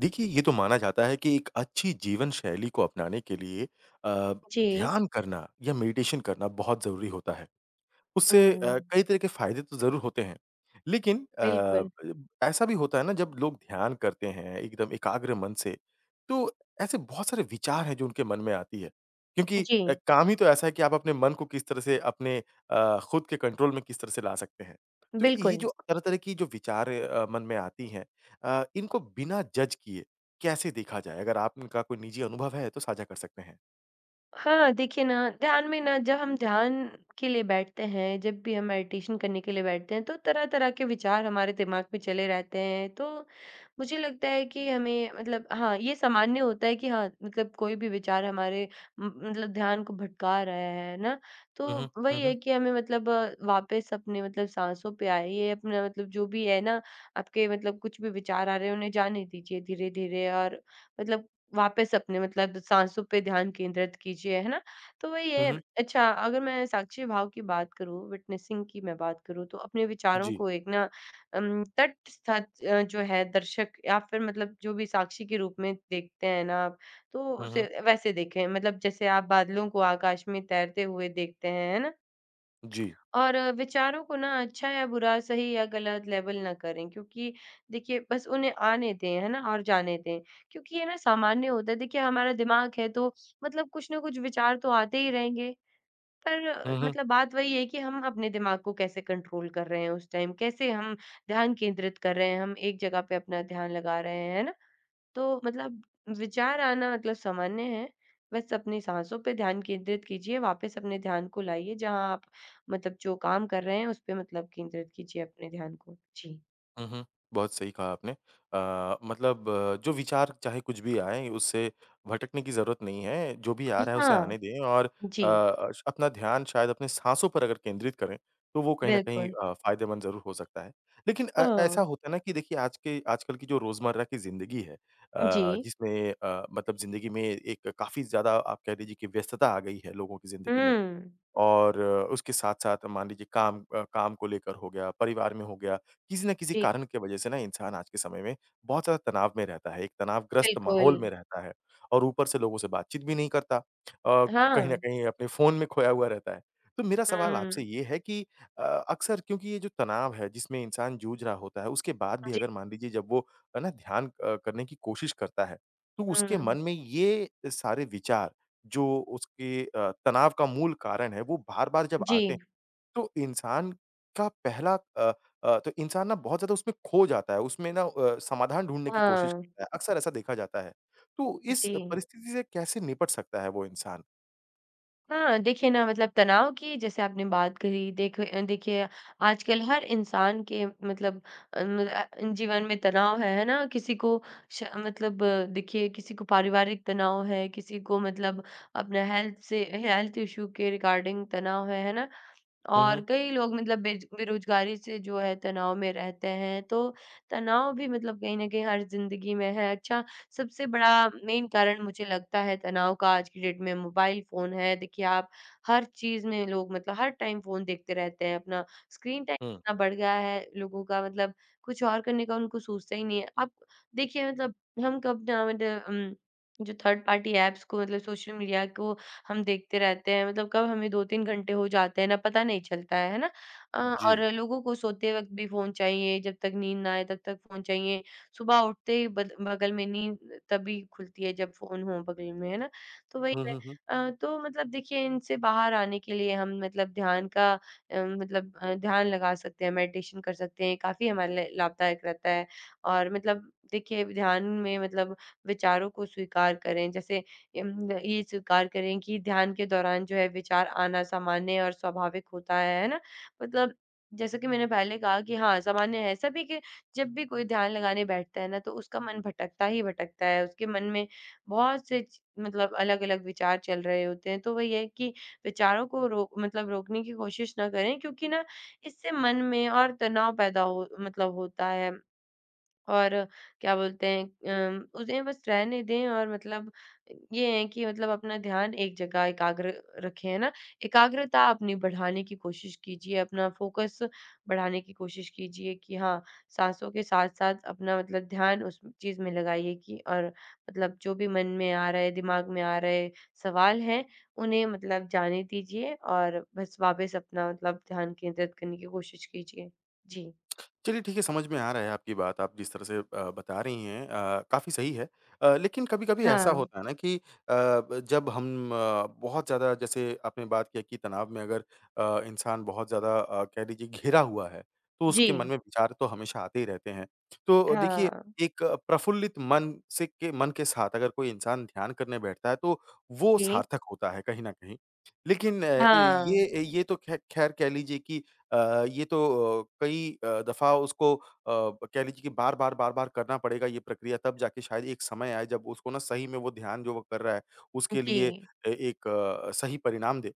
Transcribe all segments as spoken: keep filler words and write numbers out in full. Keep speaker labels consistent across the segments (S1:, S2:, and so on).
S1: देखिए, ये तो माना जाता है कि एक अच्छी जीवन शैली को अपनाने के लिए अ,
S2: जी।
S1: ध्यान करना या मेडिटेशन करना बहुत ज़रूरी होता है। उससे
S2: हुँ,
S1: अ, कई तरह के फ़ायदे तो ज़रूर होते हैं। लेकिन अ,
S2: बिल्कुल।
S1: ब ऐसा भी होता है ना जब लोग ध्यान करते हैं एकदम एकाग्र मन से, तो ऐसे बहुत सारे विचार हैं जो उनके मन में आती है। क्योंकि
S2: जी,
S1: अ, काम ही तो ऐसा है कि आप अपने मन को किस तरह से अपने अ, खुद के कंट्रोल में किस तरह से ला सकते हैं। तो ये
S2: बिल्कुल।
S1: जो तरह-तरह की जो विचार अ, मन में आती हैं अ, इनको बिना जज किए कैसे देखा जाए? अगर आप इनका कोई निजी अनुभव है तो साझा कर सकते हैं।
S2: हाँ, देखिए ना, ध्यान में ना जब हम ध्यान के लिए बैठते हैं, जब भी हम मेडिटेशन करने के लिए बैठते हैं, तो तरह-तरह के विचार हमारे दिमाग में चले रहते हैं। तो मुझे लगता है कि हमें मतलब हाँ, ये सामान्य होता है कि हाँ, मतलब कोई भी विचार हमारे म मतलब ध्यान को भटका रहा है ना,
S1: हुँ, हुँ।
S2: तो
S1: हुँ,
S2: वही है
S1: हुँ।
S2: कि हमें मतलब अ, वापस अपने मतलब साँसों पे आइए, अपना मतलब जो भी है ना, आपके मतलब कुछ भी विचार आ रहे हैं, उन्हें जाने दीजिए धीरे-धीरे और मतलब वापस अपने मतलब साँसों पे ध्यान केंद्रित कीजिए, है ना? तो वही
S1: हुँ,
S2: है।
S1: हुँ।
S2: अच्छा, अगर मैं साक्षी भाव की बात करूँ, विटनेसिंग की मैं बात करूँ तो अपने विचारों
S1: जी।
S2: को एक ना अम, तटस्थ अ, जो है दर्शक या फिर मतलब जो भी साक्षी के रूप में देखते हैं ना आप, तो
S1: हुँ,
S2: उसे
S1: हुँ।
S2: वैसे देखें। मतलब जैसे आप बादलों को आकाश में तैरते हुए देखते हैं, है ना?
S1: जी।
S2: और विचारों को ना अच्छा या बुरा, सही या गलत लेबल ना करें क्योंकि देखिए बस उन्हें आने दें, है ना? और जाने दें। क्योंकि ये ना सामान्य होता है, देखिए हमारा दिमाग है तो मतलब कुछ ना कुछ विचार तो आते ही रहेंगे। पर अ,
S1: हुँ, हुँ।
S2: मतलब बात वही है कि हम अपने दिमाग को कैसे कंट्रोल कर रहे हैं उस टाइम, कैसे हम ध्यान केंद्रित कर रहे हैं, हम एक जगह पे अपना ध्यान लगा रहे हैं, है ना? तो मतलब विचार आना मतलब सामान्य है। बस अपनी साँसों पे ध्यान केंद्रित कीजिए, वापस अपने ध्यान को लाइए जहाँ आप मतलब जो काम कर रहे हैं उस पे मतलब केंद्रित कीजिए अपने ध्यान को। जी।
S1: हुँ, हुँ। बहुत सही कहा आपने। अ, मतलब अ, जो विचार चाहे कुछ भी आए उससे भटकने की ज़रूरत नहीं है। जो भी आ रहा है उसे
S2: हाँ,
S1: आने दें और अ,
S2: जी,
S1: अश अपना ध्यान शायद अपने साँसों पर अगर केंद्रित करें, तो वो कहीं न कहीं
S2: बिल्कुल।
S1: अ, फ़ायदेमंद ज़रूर हो सकता है। लेकिन अ, ऐसा
S2: हाँ,
S1: होता है ना कि देखिए आज के आजकल की जो रोज़मर्रा की ज़िंदगी है
S2: जी।
S1: अ, जिसमें अ, मतलब ज़िंदगी में एक काफ़ी ज़्यादा आप कह लीजिए कि व्यस्तता आ गई है लोगों की ज़िंदगी में।
S2: हुँ,
S1: और अ, उसके साथ-साथ मान लीजिए काम अ, काम को लेकर हो गया, परिवार में हो गया, किसी न किसी
S2: जी,
S1: कारण की वजह से ना इंसान आज के समय में बहुत ज़्यादा तनाव में रहता है, एक तनावग्रस्त
S2: बिल्कुल।
S1: माहौल में रहता है और ऊपर से लोगों से बातचीत भी नहीं करता। अ, कहीं न
S2: हाँ,
S1: कहीं अपने फ़ोन में खोया हुआ रहता है। तो मेरा सवाल आपसे
S2: हुँ,
S1: ये है कि अ, अक्सर क्योंकि ये जो तनाव है जिसमें इंसान जूझ रहा होता है, उसके बाद भी
S2: जी,
S1: अगर मान लीजिए जब वो है ना ध्यान अ, करने की कोशिश करता है, तो उसके
S2: हुँ,
S1: मन में ये सारे विचार जो उसके अ, तनाव का मूल कारण है, वो बार-बार जब आते हैं,
S2: जी,
S1: तो इंसान का पहला अ अ, तो इंसान ना बहुत ज़्यादा उसमें खो जाता है, उसमें ना अ, समाधान ढूँढने की कोशिश
S2: हाँ,
S1: करता है, अक्सर ऐसा देखा जाता है। तो इस
S2: जी।
S1: परिस्थिति से कैसे निपट सकता है वो इंसान?
S2: हाँ, देखिए ना मतलब तनाव की जैसे आपने बात करी देखो अ, देखिए आजकल हर इंसान के मतलब अ, म- अ, जीवन में तनाव है है ना किसी को श, मतलब अ, देखिए किसी को पारिवारिक तनाव है किसी को मतलब अपना हेल्थ से हेल्थ इशू के रिगार्डिंग तनाव है है ना
S1: हुँ,
S2: और
S1: हुँ।
S2: कई लोग मतलब बेज बेरोज़गारी से जो है तनाव में रहते हैं, तो तनाव भी मतलब कहीं न कहीं हर ज़िंदगी में है। अच्छा, सबसे बड़ा मेन कारण मुझे लगता है तनाव का आज की डेट में मोबाइल फ़ोन है। देखिए, आप हर चीज़ में लोग मतलब हर टाइम फ़ोन देखते रहते हैं, अपना स्क्रीन टाइम
S1: हुँ।
S2: इतना बढ़ गया है लोगों का मतलब कुछ और करने का उनको सोचता ही नहीं है। आप देखिए मतलब हम कब ना मतलब उम, जो थर्ड पार्टी ऐप्स को मतलब सोशल मीडिया को हम देखते रहते हैं, मतलब कब हमें दो-तीन घंटे हो जाते हैं ना पता नहीं चलता है, है ना? अ, और
S1: जी।
S2: लोगों को सोते वक़्त भी फ़ोन चाहिए, जब तक नींद ना आए तब तक फ़ोन चाहिए, सुबह उठते ही बद बगल में नींद तभी खुलती है जब फ़ोन हो बगल में, है ना? तो वही
S1: हुँ,
S2: है।
S1: हुँ, हुँ।
S2: अ, तो मतलब देखिए इनसे बाहर आने के लिए हम मतलब ध्यान का अ, मतलब अ, ध्यान लगा सकते हैं, मेडिटेशन कर सकते हैं, काफ़ी हमारे लिए लाभदायक रहता है और मतलब देखिए ध्यान में मतलब विचारों को स्वीकार करें, जैसे इम ये स्वीकार करें कि ध्यान के दौरान जो है विचार आना सामान्य और स्वाभाविक होता है, है ना? मतलब जैसा कि मैंने पहले कहा कि हाँ, सामान्य है। सभी के जब भी कोई ध्यान लगाने बैठता है ना, तो उसका मन भटकता ही भटकता है। उसके मन में बहुत से च मतलब अलग-अलग विचार चल रहे होते हैं। तो वही है कि विचारों को रोक मतलब रोकने की कोशिश ना करें क्योंकि ना इससे मन में और तनाव पैदा हो मतलब होता है। और क्या बोलते हैं अम, उन्हें बस रहने दें और मतलब ये है कि मतलब अपना ध्यान एक जगह एकाग्र रखें, है ना? एकाग्रता अपनी बढ़ाने की कोशिश कीजिए, अपना फ़ोकस बढ़ाने की कोशिश कीजिए कि हाँ, साँसों के साथ-साथ अपना मतलब ध्यान उस चीज़ में लगाइए कि और मतलब जो भी मन में आ रहे, दिमाग में आ रहे सवाल हैं, उन्हें मतलब जाने दीजिए और बस वापस अपना मतलब ध्यान केंद्रित करने की कोशिश कीजिए। जी।
S1: चलिए ठीक है, समझ में आ रहा है आपकी बात, आप जिस तरह से अ, बता रही हैं अ, काफ़ी सही है। अ, लेकिन कभी-कभी ऐसा
S2: हाँ।
S1: होता है ना कि अ, ब जब हम अ, बहुत ज़्यादा जैसे आपने बात किया कि तनाव में अगर अ, इंसान बहुत ज़्यादा अ, कह लीजिए घिरा हुआ है, तो
S2: जी।
S1: उसके मन में विचार तो हमेशा आते ही रहते हैं। तो देखिए,
S2: हाँ।
S1: एक अ, प्रफुल्लित मन से के मन के साथ अगर कोई इंसान ध्यान करने बैठता है, तो वो
S2: जी,
S1: सार्थक होता है कहीं न कहीं। लेकिन अ,
S2: हाँ,
S1: ये ये तो ख़ै ख़ैर कह लीजिए कि अ, ये तो अ, कई अ, दफ़ा उसको अ, कह लीजिए कि बार-बार, बार-बार करना पड़ेगा ये प्रक्रिया तब जाके शायद एक समय आए जब उसको ना सही में वो ध्यान जो वो कर रहा है उसके लिए
S2: जी,
S1: ए एक अ, सही परिणाम दे।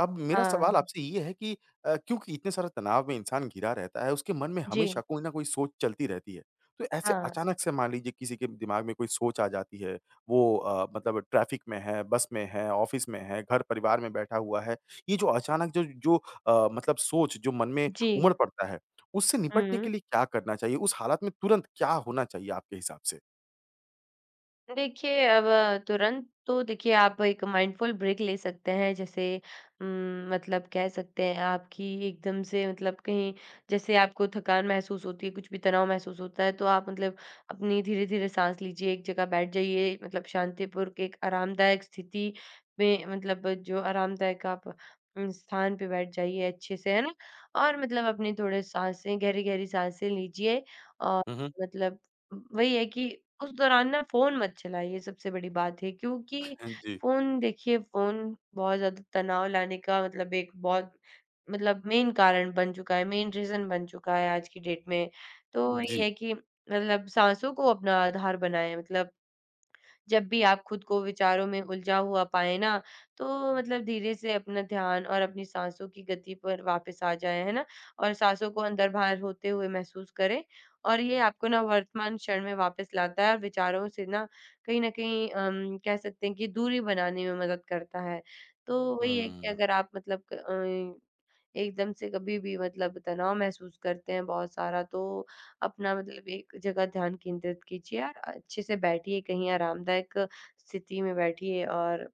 S1: अब मेरा
S2: हाँ,
S1: सवाल आपसे ये है कि अ, क्योंकि इतने सारे तनाव में इंसान घिरा रहता है, उसके मन में हमेशा
S2: जी,
S1: कोई ना कोई सोच चलती रहती है। तो ऐसे
S2: हाँ,
S1: अचानक से मान लीजिए किसी के दिमाग में कोई सोच आ जाती है, वो अ, मतलब ट्रैफ़िक में है, बस में है, ऑफ़िस में है, घर-परिवार में बैठा हुआ है। ये जो अचानक जो जो अ, मतलब सोच जो मन में
S2: जी,
S1: उमड़ पड़ता है, उससे निपटने
S2: हुँ।
S1: के लिए क्या करना चाहिए? उस हालत में तुरंत क्या होना चाहिए आपके हिसाब से?
S2: देखिए, अब तुरंत तो देखिए आप एक माइंडफुल ब्रेक ले सकते हैं जैसे उम, मतलब कह सकते हैं आपकी एकदम से मतलब कहीं जैसे आपको थकान महसूस होती है, कुछ भी तनाव महसूस होता है तो आप मतलब अपनी धीरे-धीरे साँस लीजिए, एक जगह बैठ जाइए मतलब शांतिपूर्वक एक आरामदायक स्थिति में मतलब जो आरामदायक आप उम, स्थान पे बैठ जाइए अच्छे से, है ना? और मतलब अपनी थोड़े साँसें गहरी-गहरी साँसें लीजिए और
S1: हुँ, हुँ।
S2: मतलब वही है कि उस दौरान ना फ़ोन मत चलाइए सबसे बड़ी बात है क्योंकि
S1: जी।
S2: फ़ोन देखिए फ़ोन बहुत ज़्यादा तनाव लाने का मतलब एक बहुत मतलब मेन कारण बन चुका है, मेन रीज़न बन चुका है आज की डेट में। तो वही
S1: जी।
S2: है कि मतलब साँसों को अपना आधार बनाएँ मतलब जब भी आप खुद को विचारों में उलझा हुआ पाएँ ना, तो मतलब धीरे से अपना ध्यान और अपनी साँसों की गति पर वापस आ जाएँ, है ना? और साँसों को अंदर-बाहर होते हुए महसूस करें और ये आपको ना वर्तमान क्षण में वापस लाता है और विचारों से ना कहीं न कहीं अम, कह सकते हैं कि दूरी बनाने में मदद करता है। तो वही है कि
S1: हुँ,
S2: अगर आप मतलब क अ, एकदम से कभी भी मतलब तनाव महसूस करते हैं बहुत सारा तो अपना मतलब एक जगह ध्यान केंद्रित कीजिए और अच्छे से बैठिए कहीं आरामदायक स्थिति में बैठिए और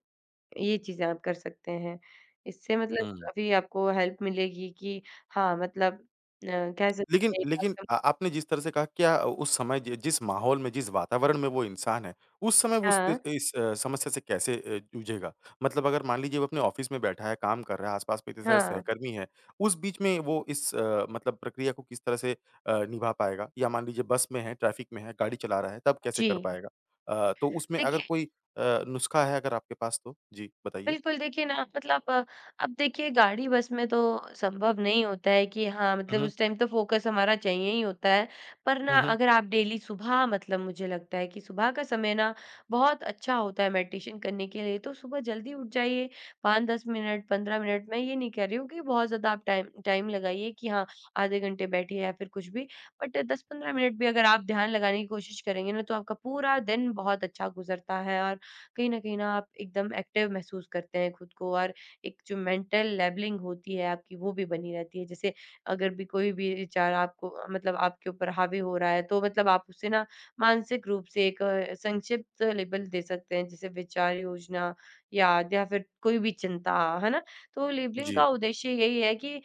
S2: ये चीज़ें आप कर सकते हैं। इससे मतलब
S1: हुँ।
S2: काफ़ी आपको हेल्प मिलेगी कि हाँ, मतलब अ, कह सकते
S1: लेकिन
S2: हैं कि
S1: लेकिन
S2: आपका-।
S1: अ, आपने जिस तरह से कहा क्या उस समय जि जिस माहौल में, जिस वातावरण में वो इंसान है, उस समय वो उस त
S2: हाँ,
S1: इस अ, समस्या से कैसे अ, जूझेगा? मतलब अगर मान लीजिए वो अपने ऑफ़िस में बैठा है, काम कर रहा है, आस-पास में इतने सारे
S2: हाँ।
S1: सहकर्मी हैं, उस बीच में वो इस अ, मतलब प्रक्रिया को किस तरह से अ, निभा पाएगा? या मान लीजिए बस में है, ट्रैफ़िक में है, गाड़ी चला रहा है, तब कैसे
S2: जी।
S1: कर पाएगा? अ, तो उसमें अगर
S2: देखिए
S1: कोई अ, नुस्खा है अगर आपके पास तो? जी, बताइए।
S2: बिल्कुल, देखिए ना मतलब अ, अब देखिए गाड़ी बस में तो संभव नहीं होता है कि हाँ,
S1: हुँ,
S2: मतलब
S1: हुँ।
S2: उस टाइम तो फ़ोकस हमारा चाहिए ही होता है। पर
S1: हुँ,
S2: ना
S1: हुँ।
S2: अगर आप डेली सुबह मतलब मुझे लगता है कि सुबह का समय ना बहुत अच्छा होता है मेडिटेशन करने के लिए, तो सुबह जल्दी उठ जाइए पाँच से दस मिनट, पंद्रह मिनट मैं ये नहीं कह रही हूँ कि बहुत ज़्यादा आप टाइम टाइम लगाइए कि हाँ, आधे घंटे बैठिए या फिर कुछ भी। बट दस से पंद्रह मिनट भी अगर आप ध्यान लगाने की कोशिश करेंगे ना, तो आपका पूरा दिन बहुत अच्छा गुज़रता है और कहीं न कहीं ना आप एकदम एक्टिव महसूस करते हैं खुद को और एक जो मेंटल लेवलिंग होती है आपकी वो भी बनी रहती है। जैसे अगर भी कोई भी विचार आपको मतलब आपके ऊपर हावी हो रहा है तो मतलब आप उसे ना मानसिक रूप से एक अ, संक्षिप्त लेबल दे सकते हैं जैसे विचार, योजना, याद या फिर कोई भी चिंता, है ना? तो लेबलिंग
S1: जी।
S2: का उद्देश्य यही है कि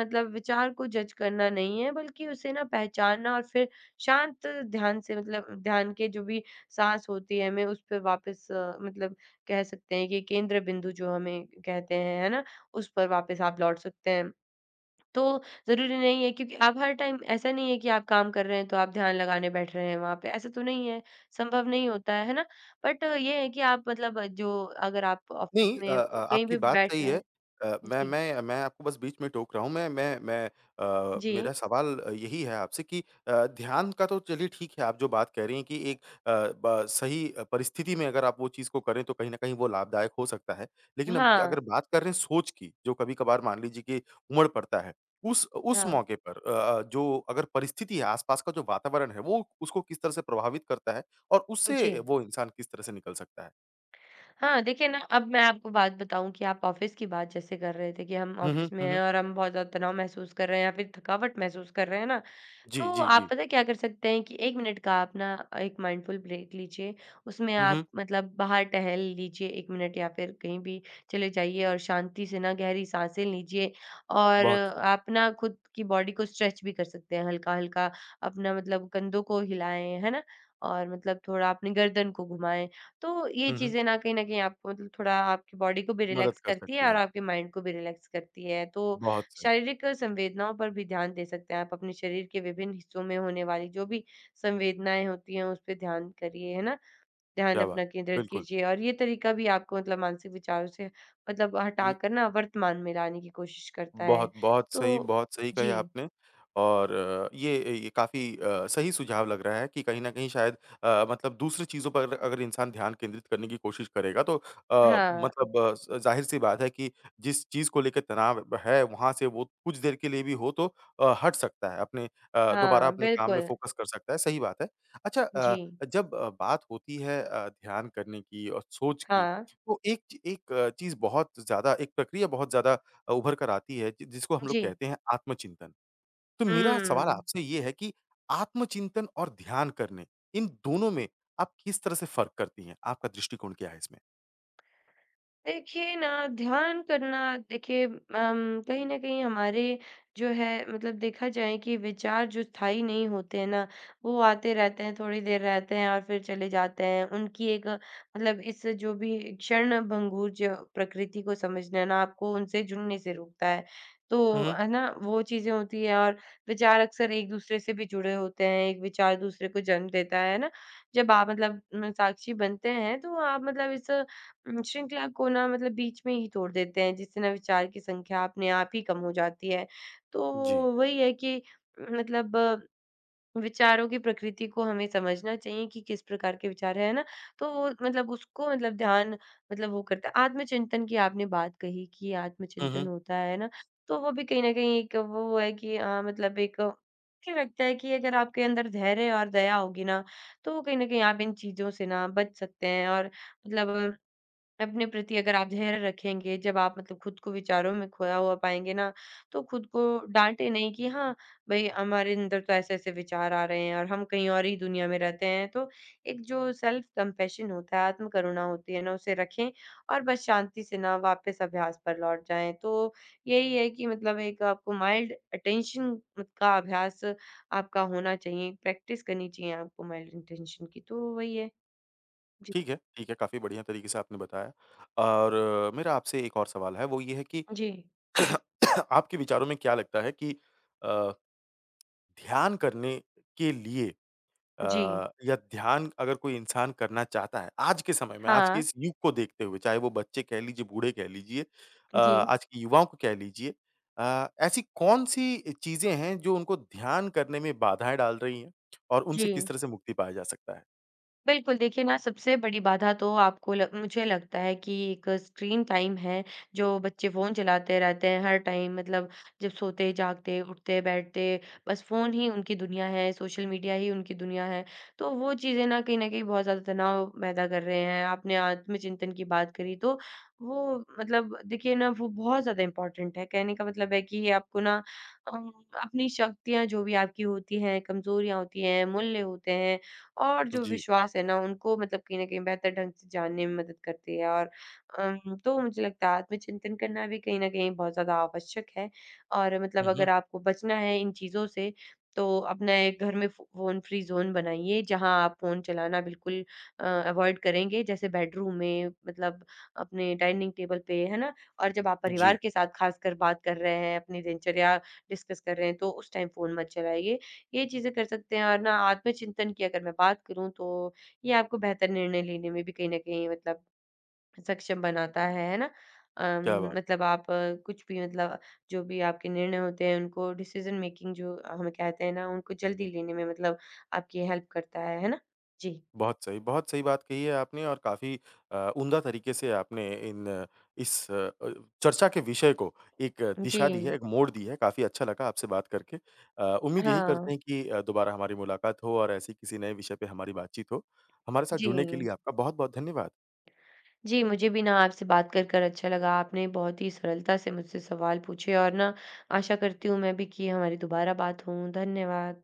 S2: मतलब विचार को जज करना नहीं है बल्कि उसे ना पहचानना और फिर शांत ध्यान से मतलब ध्यान के जो भी साँस होती है, हमें उस पे वापस अ, मतलब कह सकते हैं कि केंद्र बिंदु जो हमें कहते हैं, है ना? उस पर वापस आप लौट सकते हैं। तो ज़रूरी नहीं है क्योंकि आप हर टाइम ऐसा नहीं है कि आप काम कर रहे हैं, तो आप ध्यान लगाने बैठ रहे हैं वहाँ पे, ऐसा तो नहीं है, संभव नहीं होता है, है ना? बट ये है कि आप मतलब जो अगर आप ऑफ़िस
S1: नहीं अ
S2: में
S1: अ,
S2: कहीं
S1: आपकी
S2: भी
S1: बात
S2: बैठ
S1: सही
S2: रहे
S1: है।
S2: हैं।
S1: अ, मैं
S2: जी।
S1: मैं मैं आपको बस बीच में टोक रहा हूँ। मैं मैं मैं अ,
S2: जी।
S1: मेरा सवाल यही है आपसे कि अ, ध्यान का तो चलिए ठीक है, आप जो बात कह रही हैं कि एक अ, ब सही अ, परिस्थिति में अगर आप वो चीज़ को करें तो कहीं न कहीं वो लाभदायक हो सकता है। लेकिन अब अगर
S2: हाँ,
S1: बात कर रहे हैं सोच की, जो कभी-कभार मान लीजिए कि उमड़ पड़ता है, उस उस
S2: हाँ।
S1: मौके पर अ अ, जो अगर परिस्थिति है, आस-पास का जो वातावरण है, वो उसको किस तरह से प्रभावित करता है और
S2: जी।
S1: उससे वो इंसान किस तरह से निकल सकता है?
S2: हाँ, देखिए ना, अब मैं आपको बात बताऊँ कि आप ऑफ़िस की बात जैसे कर रहे थे कि हम
S1: हुँ, हुँ।
S2: ऑफ़िस में
S1: हुँ, हुँ।
S2: हैं और हम बहुत ज़्यादा तनाव महसूस कर रहे हैं या फिर थकावट महसूस कर रहे हैं ना,
S1: जी,
S2: तो
S1: जी, जी।
S2: आप पता है क्या कर सकते हैं कि एक मिनट का आप ना एक mindful ब्रेक लीजिए। उसमें
S1: हुँ, हुँ।
S2: आप मतलब बाहर टहल लीजिए एक मिनट या फिर कहीं भी चले जाइए और शांति से ना गहरी साँसें लीजिए और
S1: बहुत सही।
S2: आप ना खुद की बॉडी को स्ट्रेच भी कर सकते हैं हल्का-हल्का। अपना मतलब कंधों को हिलाएँ, है ना? और मतलब थोड़ा अपनी गर्दन को घुमाएँ। तो ये
S1: हुँ, हुँ।
S2: चीज़ें ना कहीं न कहीं आपको मतलब थोड़ा आपकी बॉडी को भी
S1: मदद
S2: रिलैक्स
S1: कर
S2: करती है
S1: सकती
S2: और
S1: हैं।
S2: आपके माइंड को भी रिलैक्स करती है। तो
S1: बहुत सही,
S2: शारीरिक संवेदनाओं पर भी ध्यान दे सकते हैं आप अपने शरीर के विभिन्न हिस्सों में होने वाली जो भी संवेदनाएँ होती हैं, उस पे ध्यान करिए, है ना? ध्यान
S1: क्या बात!
S2: अपना केंद्रित
S1: बिल्कुल।
S2: कीजिए और ये तरीका भी आपको मतलब मानसिक विचारों से मतलब हटाकर ना वर्तमान में लाने की कोशिश करता है।
S1: बहुत, बहुत सही
S2: तो
S1: बहुत सही
S2: जी,
S1: कहा आपने और अ, ये ये काफ़ी अ, सही सुझाव लग रहा है कि कहीं न कहीं शायद अ, मतलब दूसरी चीज़ों पर अगर इंसान ध्यान केंद्रित करने की कोशिश करेगा तो अ,
S2: हाँ,
S1: मतलब अ, ज़ाहिर-सी बात है कि जिस चीज़ को लेके तनाव है, वहाँ से वो कुछ देर के लिए भी हो तो अ, हट सकता है अपने अ, दोबारा
S2: हाँ,
S1: अपने काम में
S2: बिल्कुल।
S1: फ़ोकस कर सकता है, सही बात है। अच्छा अ,
S2: जी,
S1: जब अ, बात होती है अ, ध्यान करने की और सोच की,
S2: हाँ,
S1: तो एक च एक चीज़ बहुत ज़्यादा एक प्रक्रिया बहुत ज़्यादा अ, उभर कर आती है जि जिसको हम लोग
S2: जी।
S1: कहते हैं आत्मचिंतन। तो मेरा सवाल
S2: हुँ।
S1: आपसे ये है कि आत्मचिंतन और ध्यान करने, इन दोनों में आप किस तरह से फ़र्क करती हैं? आपका दृष्टिकोण क्या है इसमें?
S2: देखिए ना ध्यान करना देखिए अम, कहीं न कहीं हमारे जो है मतलब देखा जाए कि विचार जो स्थायी नहीं होते हैं ना, वो आते रहते हैं, थोड़ी देर रहते हैं और फिर चले जाते हैं। उनकी एक मतलब इस जो भी क्षणभंगुर जो प्रकृति को समझना है ना आपको उनसे जुड़ने से रोकता है।
S1: हुँ,
S2: तो
S1: हुँ।
S2: है ना, वो चीज़ें होती हैं और विचार अक्सर एक-दूसरे से भी जुड़े होते हैं, एक विचार दूसरे को जन्म देता है, है ना? जब आप मतलब उम, साक्षी बनते हैं तो आप मतलब इस उम, श्रृंखला को ना मतलब बीच में ही तोड़ देते हैं, जिससे ना विचार की संख्या अपने आप ही कम हो जाती है। तो
S1: जी।
S2: वही है कि मतलब विचारों की प्रकृति को हमें समझना चाहिए कि किस प्रकार के विचार है ना? तो वो मतलब उसको मतलब ध्यान मतलब वो करता है। आत्मचिंतन की आपने बात कही कि
S1: हुँ,
S2: आत्मचिंतन
S1: हुँ।
S2: होता है ना? तो वो भी कहीं न कहीं एक वो है कि अ, मतलब एक मुझे लगता है कि अगर आपके अंदर धैर्य और दया होगी ना, तो कहीं न कहीं आप इन चीज़ों से ना बच सकते हैं और मतलब अपने प्रति अगर आप धैर्य रखेंगे, जब आप मतलब खुद को विचारों में खोया हुआ पाएँगे ना, तो खुद को डाँटे नहीं कि हाँ, भई हमारे अंदर तो ऐसे-ऐसे विचार आ रहे हैं और हम कहीं और ही दुनिया में रहते हैं। तो एक जो सेल्फ कंपैशन होता है, आत्म करुणा होती है ना, उसे रखें और बस शांति से ना वापस अभ्यास पर लौट जाएँ। तो यही है कि मतलब एक आपको माइल्ड अटेंशन का अभ्यास आपका होना चाहिए, प्रैक्टिस करनी चाहिए आपको माइल्ड अटेंशन की, तो वही है। जी।
S1: ठीक है, ठीक है, काफ़ी बढ़िया तरीके से आपने बताया और अ, मेरा आपसे एक और सवाल है वो ये है कि
S2: जी।
S1: आपके विचारों में क्या लगता है कि अ, ध्यान करने के लिए अ,
S2: जी।
S1: या ध्यान अगर कोई इंसान करना चाहता है, आज के समय में, आज के
S2: हाँ।
S1: इस युग को देखते हुए, चाहे वो बच्चे कह लीजिए, बूढ़े कह लीजिए अ,
S2: जी।
S1: आज के युवाओं को कह लीजिए अ, ऐसी कौन-सी चीज़ें हैं जो उनको ध्यान करने में बाधाएँ डाल रही हैं और उनसे किस
S2: जी,
S1: तरह से मुक्ति पाया जा सकता है?
S2: बिल्कुल देखिए ना सबसे बड़ी बाधा तो आपको लग मुझे लगता है कि एक स्क्रीन टाइम है, जो बच्चे फ़ोन चलाते रहते हैं हर टाइम मतलब जब सोते, जागते, उठते, बैठते, बस फ़ोन ही उनकी दुनिया है, सोशल मीडिया ही उनकी दुनिया है। तो वो चीज़ें ना कहीं न कहीं बहुत ज़्यादा तनाव पैदा कर रहे हैं, आपने आत्मचिंतन की बात करी तो वो मतलब देखिए ना वो बहुत ज़्यादा इम्पोर्टेंट है, कहने का मतलब है कि ये आपको ना अम, अपनी शक्तियाँ जो भी आपकी होती हैं, कमज़ोरियाँ होती हैं, मूल्य होते हैं, और जो
S1: जी।
S2: विश्वास है ना उनको मतलब कहीं न कहीं बेहतर ढंग से जानने में मदद करती है और अम, तो मुझे लगता है आत्मचिंतन करना भी कहीं न कहीं बहुत ज़्यादा आवश्यक है और
S1: हुँ,
S2: मतलब अगर
S1: हुँ।
S2: आपको बचना है इन चीज़ों से तो अपना एक घर में फ़ो फ़ोन फ्री ज़ोन बनाइए जहाँ आप फ़ोन चलाना बिल्कुल अ, अवॉइड करेंगे जैसे बेडरूम में मतलब अपने डाइनिंग टेबल पे, है ना? और जब आप परिवार
S1: जी,
S2: के साथ ख़ासकर बात कर रहे हैं, अपनी दिनचर्या डिस्कस कर रहे हैं तो उस टाइम फ़ोन मत चलाइए। ये चीज़ें कर सकते हैं और ना आत्मचिंतन की अगर मैं बात करूँ तो ये आपको बेहतर निर्णय लेने में भी कहीं न कहीं मतलब सक्षम बनाता है, है ना? अम,
S1: क्या बात!
S2: मतलब आप अ, कुछ भी मतलब जो भी आपके निर्णय होते हैं उनको डिसीज़न मेकिंग जो हम कहते हैं ना उनको जल्दी लेने में मतलब आपकी हेल्प करता है, है ना? जी।
S1: बहुत सही, बहुत सही बात कही है आपने और काफ़ी अ, उम्दा तरीके से आपने इन अ, इस अ, अ, चर्चा के विषय को एक अ, दिशा दी है,
S2: जी।
S1: एक मोड़ दी है, काफ़ी अच्छा लगा आपसे बात करके। अ, उम्मीद यही करते
S2: हाँ।
S1: हैं कि अ, दोबारा हमारी मुलाकात हो और ऐसे ही किसी नए विषय पे हमारी बातचीत हो। हमारे साथ
S2: जी।
S1: जुड़ने के लिए आपका बहुत-बहुत धन्यवाद।
S2: जी, मुझे भी ना आपसे बात कर कर अच्छा लगा। आपने बहुत ही सरलता से मुझसे सवाल पूछे और ना आशा करती हूँ मैं भी कि हमारी दोबारा बात हो। धन्यवाद।